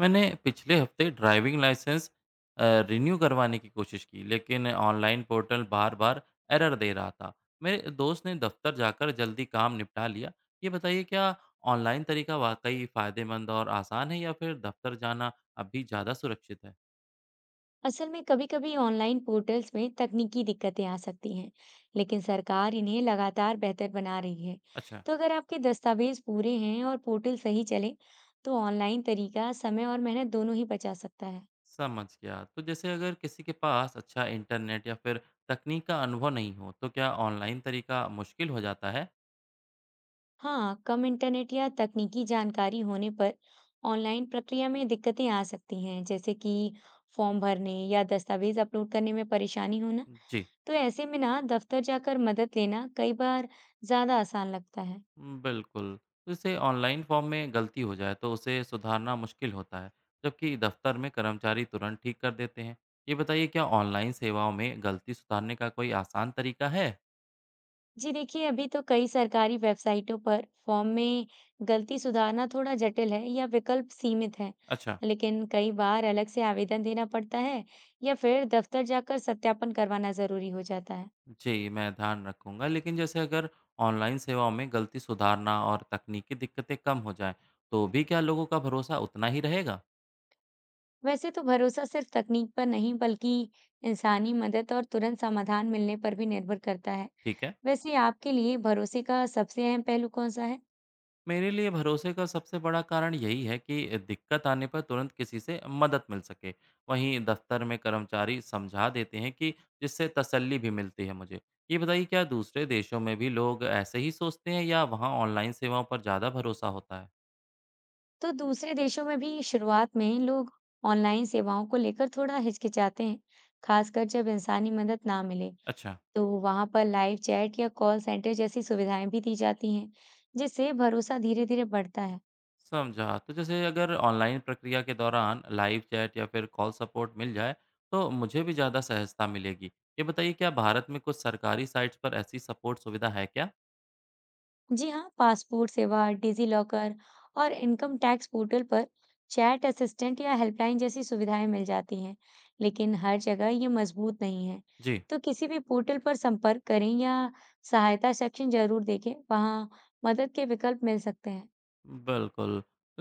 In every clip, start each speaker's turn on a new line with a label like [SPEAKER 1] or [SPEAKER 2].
[SPEAKER 1] मैंने पिछले हफ्ते ड्राइविंग लाइसेंस रिन्यू करवाने की कोशिश की लेकिन ऑनलाइन पोर्टल बार बार एरर दे रहा था। मेरे दोस्त ने दफ्तर जाकर जल्दी काम निपटा लिया। ये बताइए क्या ऑनलाइन तरीका वाकई फ़ायदेमंद और आसान है या फिर दफ्तर जाना अब भी ज़्यादा सुरक्षित है।
[SPEAKER 2] असल में कभी-कभी ऑनलाइन पोर्टल्स में तकनीकी दिक्कतें आ सकती हैं, लेकिन सरकार इन्हें लगातार बेहतर बना रही है।
[SPEAKER 1] अच्छा।
[SPEAKER 2] तो अगर आपके दस्तावेज पूरे हैं और पोर्टल सही चले, तो ऑनलाइन तरीका समय और मेहनत दोनों ही बचा सकता है।
[SPEAKER 1] समझ गया। तो जैसे अगर किसी के पास अच्छा इंटरनेट या फिर तकनीक का अनुभव नहीं हो तो क्या ऑनलाइन तरीका मुश्किल हो जाता है।
[SPEAKER 2] हाँ, कम इंटरनेट या तकनीकी जानकारी होने पर ऑनलाइन प्रक्रिया में दिक्कतें आ सकती हैं, जैसे कि फॉर्म भरने या दस्तावेज अपलोड करने में परेशानी होना।
[SPEAKER 1] जी।
[SPEAKER 2] तो ऐसे में ना दफ्तर जाकर मदद लेना कई बार ज्यादा आसान लगता है।
[SPEAKER 1] बिल्कुल। जैसे ऑनलाइन फॉर्म में गलती हो जाए तो उसे सुधारना मुश्किल होता है, जबकि दफ्तर में कर्मचारी तुरंत ठीक कर देते हैं। ये बताइए क्या ऑनलाइन सेवाओं में गलती सुधारने का कोई आसान तरीका है?
[SPEAKER 2] जी देखिए, अभी तो कई सरकारी वेबसाइटों पर फॉर्म में गलती सुधारना थोड़ा जटिल है या विकल्प सीमित हैं।
[SPEAKER 1] अच्छा,
[SPEAKER 2] लेकिन कई बार अलग से आवेदन देना पड़ता है या फिर दफ्तर जाकर सत्यापन करवाना जरूरी हो जाता है।
[SPEAKER 1] जी मैं ध्यान रखूंगा। लेकिन जैसे अगर ऑनलाइन सेवाओं में गलती सुधारना और तकनीकी दिक्कतें कम हो जाएं, तो भी क्या लोगों का भरोसा उतना ही रहेगा?
[SPEAKER 2] वैसे तो भरोसा सिर्फ तकनीक पर नहीं बल्कि इंसानी मदद और तुरंत समाधान मिलने पर भी निर्भर करता है।
[SPEAKER 1] ठीक है।
[SPEAKER 2] वैसे आपके लिए भरोसे का सबसे अहम पहलू कौन सा है?
[SPEAKER 1] मेरे लिए भरोसे का सबसे बड़ा कारण यही है कि दिक्कत आने पर तुरंत किसी से मदद मिल सके। वहीं दफ्तर में कर्मचारी समझा देते हैं, कि जिससे तसल्ली भी मिलती है मुझे। ये बताइए क्या दूसरे देशों में भी लोग ऐसे ही सोचते हैं या वहाँ ऑनलाइन सेवाओं पर ज़्यादा भरोसा होता है।
[SPEAKER 2] तो दूसरे देशों में भी शुरुआत में लोग ऑनलाइन सेवाओं को लेकर थोड़ा हिचकिचाते हैं, खासकर जब इंसानी मदद ना मिले।
[SPEAKER 1] अच्छा।
[SPEAKER 2] तो वहां पर लाइव चैट या कॉल सेंटर जैसी सुविधाएं भी दी जाती हैं, जिससे भरोसा धीरे-धीरे बढ़ता है।
[SPEAKER 1] समझा। तो जैसे अगर ऑनलाइन प्रक्रिया के दौरान लाइव चैट या फिर कॉल सपोर्ट मिल जाए तो मुझे भी ज़्यादा सहजता मिलेगी। ये बताइए क्या भारत में कुछ सरकारी साइट्स पर ऐसी सपोर्ट सुविधा है क्या।
[SPEAKER 2] जी हाँ, पासपोर्ट सेवा, डिजीलॉकर और इनकम टैक्स पोर्टल पर चैट असिस्टेंट या हेल्पलाइन जैसी सुविधाएं मिल जाती हैं, लेकिन हर जगह ये मजबूत नहीं है।
[SPEAKER 1] जी।
[SPEAKER 2] तो किसी भी पोर्टल पर संपर्क करें या सहायता सेक्शन जरूर देखें, वहाँ मदद के विकल्प मिल सकते हैं।
[SPEAKER 1] बिल्कुल।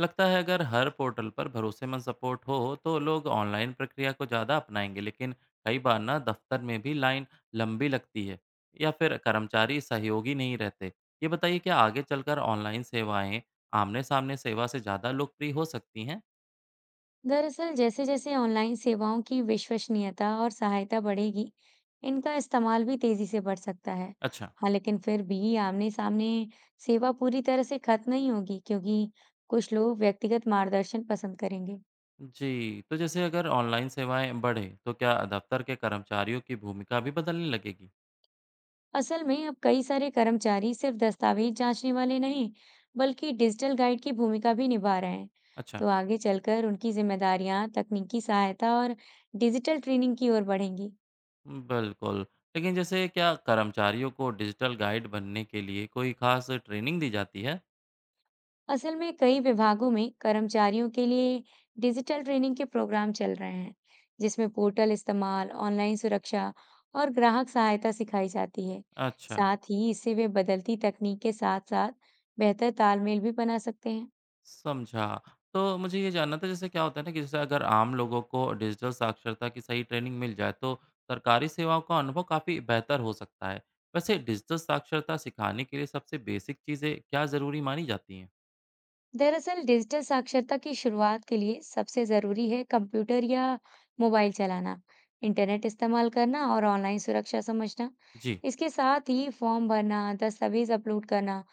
[SPEAKER 1] लगता है अगर हर पोर्टल पर भरोसेमंद सपोर्ट हो, तो लोग ऑनलाइन प्रक्रिया को ज़्यादा अपनाएँगे, लेकिन कई बार ना दफ्तर में भी लाइन लंबी लगती है या फिर कर्मचारी सहयोगी नहीं रहते। ये बताइए क्या आगे चलकर ऑनलाइन सेवाएँ आमने-सामने सेवा से ज़्यादा लोकप्रिय हो सकती हैं?
[SPEAKER 2] दरअसल जैसे जैसे ऑनलाइन सेवाओं की विश्वसनीयता और सहायता बढ़ेगी, इनका इस्तेमाल भी तेजी से बढ़ सकता है।
[SPEAKER 1] अच्छा।
[SPEAKER 2] हाँ, लेकिन फिर भी आमने-सामने सेवा पूरी तरह से खत्म नहीं होगी, क्योंकि कुछ लोग व्यक्तिगत मार्गदर्शन पसंद करेंगे।
[SPEAKER 1] जी, तो जैसे अगर ऑनलाइन सेवाएँ बढ़ें, तो क्या दफ्तर के कर्मचारियों की भूमिका भी बदलने लगेगी?
[SPEAKER 2] असल में अब कई सारे कर्मचारी सिर्फ दस्तावेज जांचने वाले नहीं, बल्कि डिजिटल गाइड की भूमिका भी निभा रहे हैं।
[SPEAKER 1] अच्छा।
[SPEAKER 2] तो आगे चलकर उनकी जिम्मेदारियां तकनीकी सहायता और डिजिटल ट्रेनिंग की ओर बढ़ेंगी।
[SPEAKER 1] बिल्कुल। लेकिन जैसे क्या कर्मचारियों को डिजिटल गाइड बनने के लिए कोई ख़ास ट्रेनिंग दी जाती है?
[SPEAKER 2] असल में कई विभागों में कर्मचारियों के लिए डिजिटल ट्रेनिंग के प्रोग्राम चल रहे हैं, जिसमें पोर्टल इस्तेमाल, ऑनलाइन सुरक्षा और ग्राहक सहायता सिखाई जाती है।
[SPEAKER 1] अच्छा,
[SPEAKER 2] साथ ही इससे वे बदलती तकनीक के साथ-साथ बेहतर तालमेल भी बना सकते हैं।
[SPEAKER 1] समझा। तो मुझे ये जानना था जैसे क्या होता है ना कि जैसे अगर आम लोगों को डिजिटल साक्षरता की सही ट्रेनिंग मिल जाए तो सरकारी सेवाओं का अनुभव काफ़ी बेहतर हो सकता है। वैसे डिजिटल साक्षरता सिखाने के लिए सबसे बेसिक चीज़ें क्या ज़रूरी मानी जाती हैं?
[SPEAKER 2] दरअसल डिजिटल साक्षरता की शुरुआत के लिए सबसे जरूरी है कंप्यूटर या मोबाइल चलाना, इंटरनेट इस्तेमाल करना और ऑनलाइन सुरक्षा समझना।
[SPEAKER 1] जी।
[SPEAKER 2] इसके साथ ही फॉर्म भरना, दस्तावेज अपलोड करना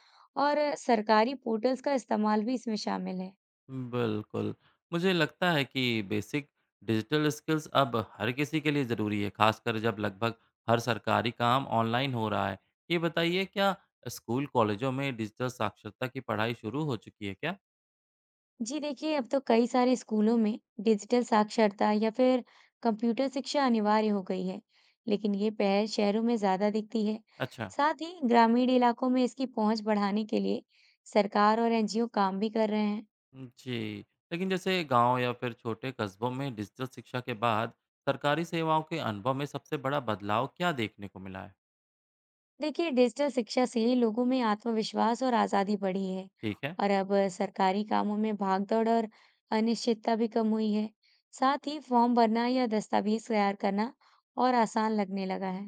[SPEAKER 2] और सरकारी पोर्टल्स का इस्तेमाल भी इसमें शामिल है।
[SPEAKER 1] बिल्कुल। मुझे लगता है कि बेसिक डिजिटल स्किल्स अब हर किसी के लिए ज़रूरी है, खासकर जब लगभग हर सरकारी काम ऑनलाइन हो रहा है। ये बताइए क्या स्कूल, कॉलेजों में डिजिटल साक्षरता की पढ़ाई शुरू हो चुकी है क्या?
[SPEAKER 2] जी देखिए, अब तो कई सारे स्कूलों में डिजिटल साक्षरता या फिर कंप्यूटर शिक्षा अनिवार्य हो गई है, लेकिन ये पहल शहरों में ज़्यादा दिखती है।
[SPEAKER 1] अच्छा।
[SPEAKER 2] साथ ही ग्रामीण इलाकों में इसकी पहुंच बढ़ाने के लिए सरकार और एनजीओ काम भी कर रहे हैं।
[SPEAKER 1] जी, लेकिन जैसे गाँव या फिर छोटे कस्बों में डिजिटल शिक्षा के बाद सरकारी सेवाओं के अनुभव में सबसे बड़ा बदलाव क्या देखने को मिला है?
[SPEAKER 2] देखिए, डिजिटल शिक्षा से लोगों में आत्मविश्वास और आज़ादी बढ़ी है,
[SPEAKER 1] ठीक है।
[SPEAKER 2] और अब सरकारी कामों में भागदौड़ और अनिश्चितता भी कम हुई है। साथ ही फॉर्म भरना या दस्तावेज तैयार करना और आसान लगने लगा है।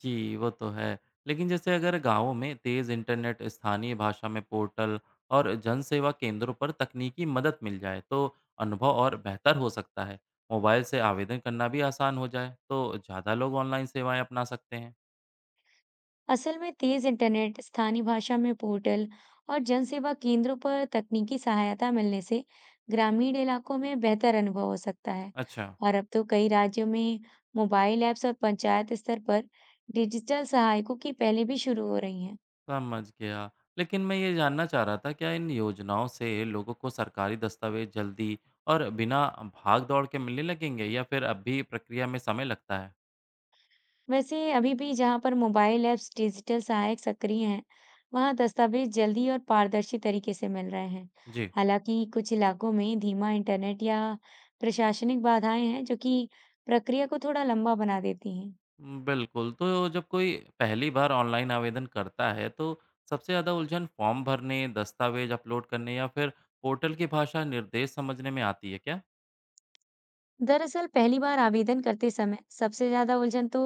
[SPEAKER 1] जी, वो तो है। लेकिन जैसे अगर गाँवों में तेज़ इंटरनेट, स्थानीय भाषा में पोर्टल और जनसेवा केंद्रों पर तकनीकी मदद मिल जाए, तो अनुभव और बेहतर हो सकता है। मोबाइल से आवेदन करना भी आसान हो जाए, तो ज़्यादा लोग ऑनलाइन सेवाएँ अपना सकते हैं।
[SPEAKER 2] असल में तेज इंटरनेट, स्थानीय भाषा में पोर्टल और जनसेवा केंद्रों पर तकनीकी सहायता मिलने से ग्रामीण इलाकों में बेहतर अनुभव हो सकता है।
[SPEAKER 1] अच्छा,
[SPEAKER 2] और अब तो कई राज्यों में मोबाइल ऐप्स और पंचायत स्तर पर डिजिटल सहायकों की पहले भी शुरू हो रही हैं।
[SPEAKER 1] समझ गया। लेकिन मैं ये जानना चाह रहा था, क्या इन योजनाओं से लोगों को सरकारी दस्तावेज़ जल्दी और बिना भाग-दौड़ के मिलने लगेंगे या फिर अब भी प्रक्रिया में समय लगता है?
[SPEAKER 2] वैसे अभी भी जहाँ पर मोबाइल ऐप्स, डिजिटल सहायक सक्रिय हैं, वहाँ दस्तावेज जल्दी और पारदर्शी तरीके से मिल रहे हैं।
[SPEAKER 1] जी।
[SPEAKER 2] हालांकि कुछ इलाकों में धीमा इंटरनेट या प्रशासनिक बाधाएं हैं, जो कि प्रक्रिया को थोड़ा लंबा बना देती हैं।
[SPEAKER 1] बिल्कुल, तो जब कोई पहली बार ऑनलाइन आवेदन करता है, तो सबसे ज़्यादा उलझन फॉर्म भरने, दस्तावेज़ अपलोड करने या फिर पोर्टल की भाषा निर्देश समझने में आती है क्या?
[SPEAKER 2] दरअसल पहली बार आवेदन करते समय सबसे ज्यादा उलझन तो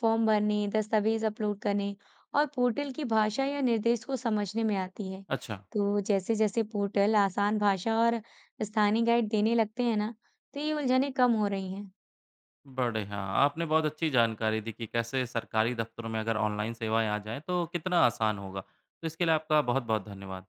[SPEAKER 2] फॉर्म भरने, दस्तावेज अपलोड करने और पोर्टल की भाषा या निर्देश को समझने में आती है।
[SPEAKER 1] अच्छा,
[SPEAKER 2] तो जैसे जैसे पोर्टल आसान भाषा और स्थानीय गाइड देने लगते हैं ना, तो ये उलझनें कम हो रही हैं।
[SPEAKER 1] बड़े हाँ, आपने बहुत अच्छी जानकारी दी कि कैसे सरकारी दफ्तरों में अगर ऑनलाइन सेवाएँ आ जाएँ, तो कितना आसान होगा। तो इसके लिए आपका बहुत-बहुत धन्यवाद।